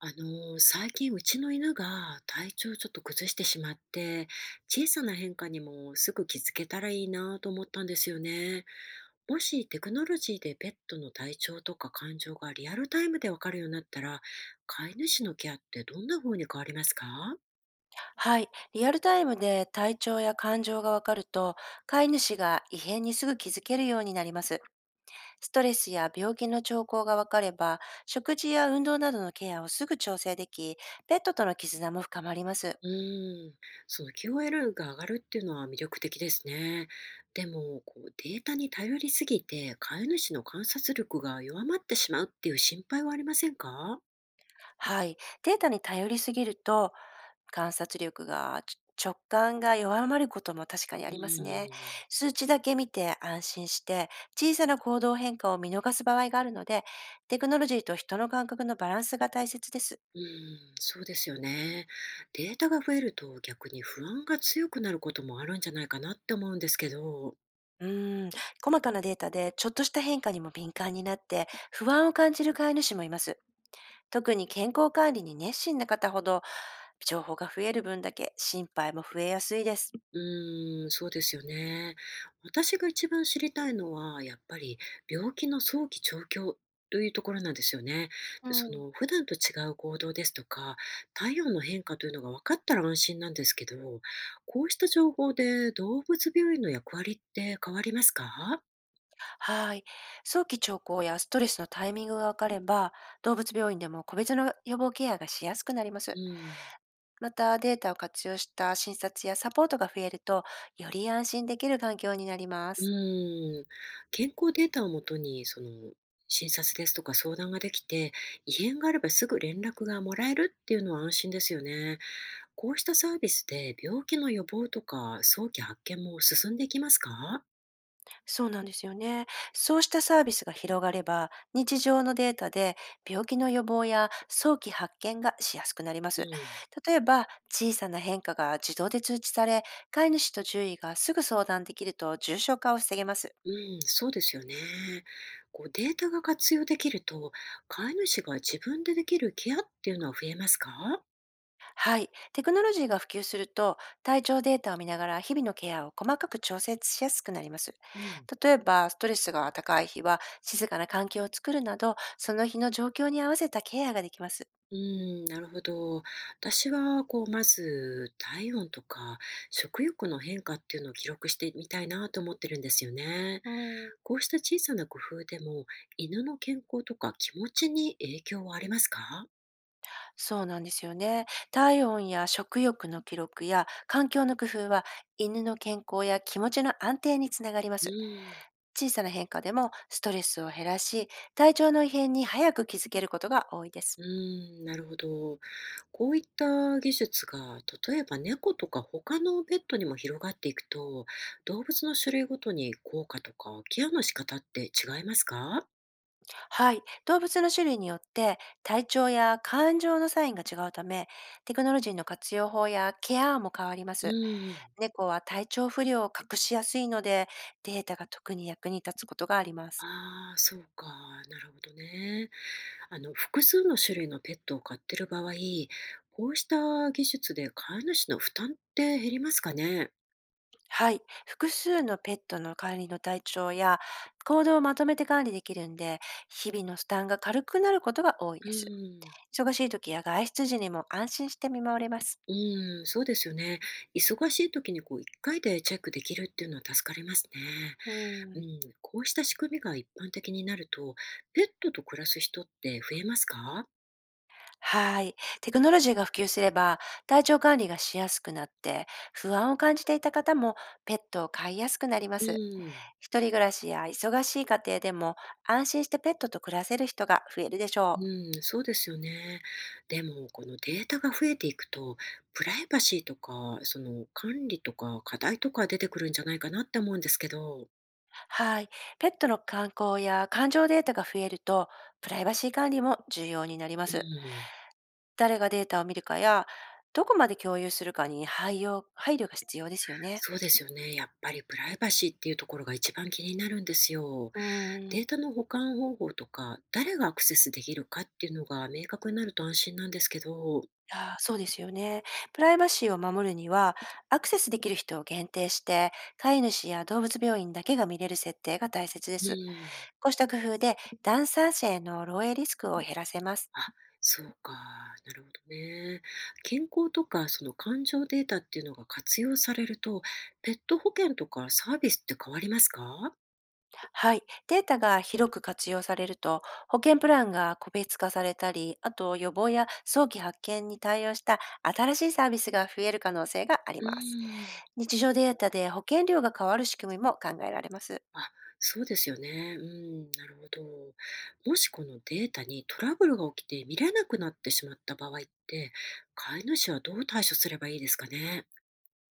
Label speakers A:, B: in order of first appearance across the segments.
A: 最近うちの犬が体調をちょっと崩してしまって、小さな変化にもすぐ気づけたらいいなと思ったんですよね。もしテクノロジーでペットの体調とか感情がリアルタイムでわかるようになったら、飼い主のケアってどんな風に変わりますか？
B: はい。リアルタイムで体調や感情がわかると、飼い主が異変にすぐ気づけるようになります。ストレスや病気の兆候がわかれば、食事や運動などのケアをすぐ調整でき、ペットとの絆も深まります。
A: うーん、その QOL が上がるっていうのは魅力的ですね。でもこうデータに頼りすぎて飼い主の観察力が弱まってしまうっていう心配はありませんか？
B: はい。データに頼りすぎると、観察力が、ち直感が弱まることも確かにあ
A: う
B: りますね。
A: ーん、
B: 数値だけ見て安心して、小さな行動変化を見逃す場合があるので、テクノロジーと人の感覚のバランスが大切です。
A: うーん、そうですよね。データが増えると逆に不安が強くなることもあるんじゃないかなって思うんですけど、
B: うーん、細かなデータでちょっとした変化にも敏感になって不安を感じる飼い主もいます。特に健康管理に熱心な方ほど情報が増える分だけ心配も増えやすいです。
A: うーん、そうですよね。私が一番知りたいのは、やっぱり病気の早期調教というところなんですよね。
B: う
A: で、そ
B: ん。
A: の普段と違う行動ですとか、体温の変化というのが分かったら安心なんですけど、こうした情報で動物病院の役割って変わりますか？
B: はい。早期兆候やストレスのタイミングがわかれば、動物病院でも個別の予防ケアがしやすくなりま
A: う
B: す。
A: ん。
B: また、データを活用した診察やサポートが増えると、より安心できる環境になります。
A: うん、健康データをもとに、その、診察ですとか相談ができて、異変があればすぐ連絡がもらえるっていうのは安心ですよね。こうしたサービスで病気の予防とか早期発見も進んでいきますか？
B: そうなんですよね。そうしたサービスが広がれば、日常のデータで病気の予防や早期発見がしやすくなりま
A: う
B: す。
A: ん。
B: 例えば、小さな変化が自動で通知され、飼い主と獣医がすぐ相談できると重症化を防げます。
A: うん、そうですよね。こうデータが活用できると、飼い主が自分でできるケアっていうのは増えますか？
B: はい。テクノロジーが普及すると、体調データを見ながら日々のケアを細かく調整しやすくなります。
A: うん。
B: 例えば、ストレスが高い日は静かな環境を作るなど、その日の状況に合わせたケアができます。
A: うーん、なるほど。私は、こう、まず、体温とか食欲の変化っていうのを記録してみたいなと思ってるんですよね。
B: うん、
A: こうした小さな工夫でも、犬の健康とか気持ちに影響はありますか？
B: そうなんですよね。体温や食欲の記録や環境の工夫は犬の健康や気持ちの安定につながりま
A: う
B: す。
A: ん。
B: 小さな変化でもストレスを減らし、体調の異変に早く気づけることが多いです。
A: うーん、なるほど。こういった技術が、例えば猫とか他のペットにも広がっていくと、動物の種類ごとに効果とかケアの仕方って違いますか？
B: はい。動物の種類によって体調や感情のサインが違うため、テクノロジーの活用法やケアも変わりま
A: う
B: す。
A: ん。
B: 猫は体調不良を隠しやすいので、データが特に役に立つことがあります。
A: ああ、そうか。なるほどね。複数の種類のペットを飼ってる場合、こうした技術で飼い主の負担って減りますかね？
B: はい。複数のペットの管理の体調や行動をまとめて管理できるんで、日々の負担が軽くなることが多い
A: う
B: です。
A: ん。
B: 忙しい時や外出時にも安心して見守れます。
A: うん、そうですよね。忙しい時にこう一回でチェックできるっていうのは助かりますね。
B: う
A: う
B: ん、
A: ん、こうした仕組みが一般的になると、ペットと暮らす人って増えますか？
B: はい。テクノロジーが普及すれば、体調管理がしやすくなって、不安を感じていた方もペットを飼いやすくなりま
A: う
B: す。
A: ん。
B: 一人暮らしや忙しい家庭でも、安心してペットと暮らせる人が増えるでしょう。
A: うん、そうですよね。でも、このデータが増えていくと、プライバシーとか、その管理とか課題とか出てくるんじゃないかなって思うんですけど、
B: はい。ペットの観光や感情データが増えると、プライバシー管理も重要になりま
A: う
B: す。
A: ん、
B: 誰がデータを見るかや、どこまで共有するかに配慮が必要ですよね。
A: そうですよね。やっぱりプライバシーっていうところが一番気になるんですよ。
B: う
A: デ
B: ーん。
A: ータの保管方法とか、誰がアクセスできるかっていうのが明確になると安心なんですけど、
B: あー、そうですよね。プライバシーを守るには、アクセスできる人を限定して、飼い主や動物病院だけが見れる設定が大切で
A: う
B: す。
A: ん。
B: こうした工夫で、ダンサー者への漏洩リスクを減らせます。
A: あ、そうか、なるほどね。健康とかその感情データっていうのが活用されると、ペット保険とかサービスって変わりますか？
B: はい。データが広く活用されると、保険プランが個別化されたり、あと予防や早期発見に対応した新しいサービスが増える可能性があり
A: う
B: ます。
A: ーん。
B: 日常データで保険料が変わる仕組みも考えられます。
A: あ、そうですよね。うん、なるほど。もしこのデータにトラブルが起きて見れなくなってしまった場合って、飼い主はどう対処すればいいですかね？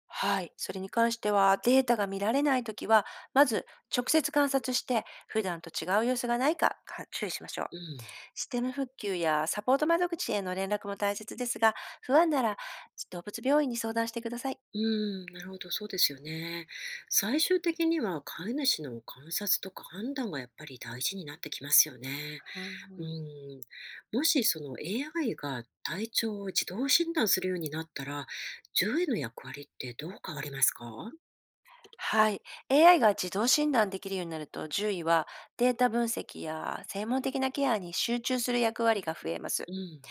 B: はい。それに関しては、データが見られないときは、まず直接観察して、普段と違う様子がないか注意しましょう。
A: うん。
B: システム復旧やサポート窓口への連絡も大切ですが、不安なら動物病院に相談してください。
A: うん、なるほど、そうですよね。最終的には飼い主の観察とか判断がやっぱり大事になってきますよね。
B: う
A: う
B: ん、
A: ん、もしその AI が体調を自動診断するようになったら、獣医の役割ってどう変わりますか？
B: はい。AI が自動診断できるようになると、獣医はデータ分析や専門的なケアに集中する役割が増えま
A: う
B: す。
A: ん。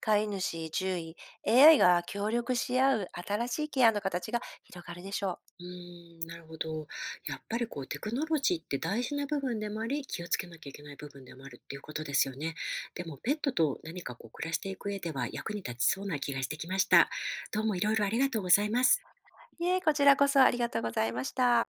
B: 飼い主、獣医、AI が協力し合う新しいケアの形が広がるでしょう。
A: うーん、なるほど。やっぱりこうテクノロジーって大事な部分でもあり、気をつけなきゃいけない部分でもあるっていうことですよね。でもペットと何かこう暮らしていく上では役に立ちそうな気がしてきました。どうもいろいろありがとうございます。
B: いえ、こちらこそありがとうございました。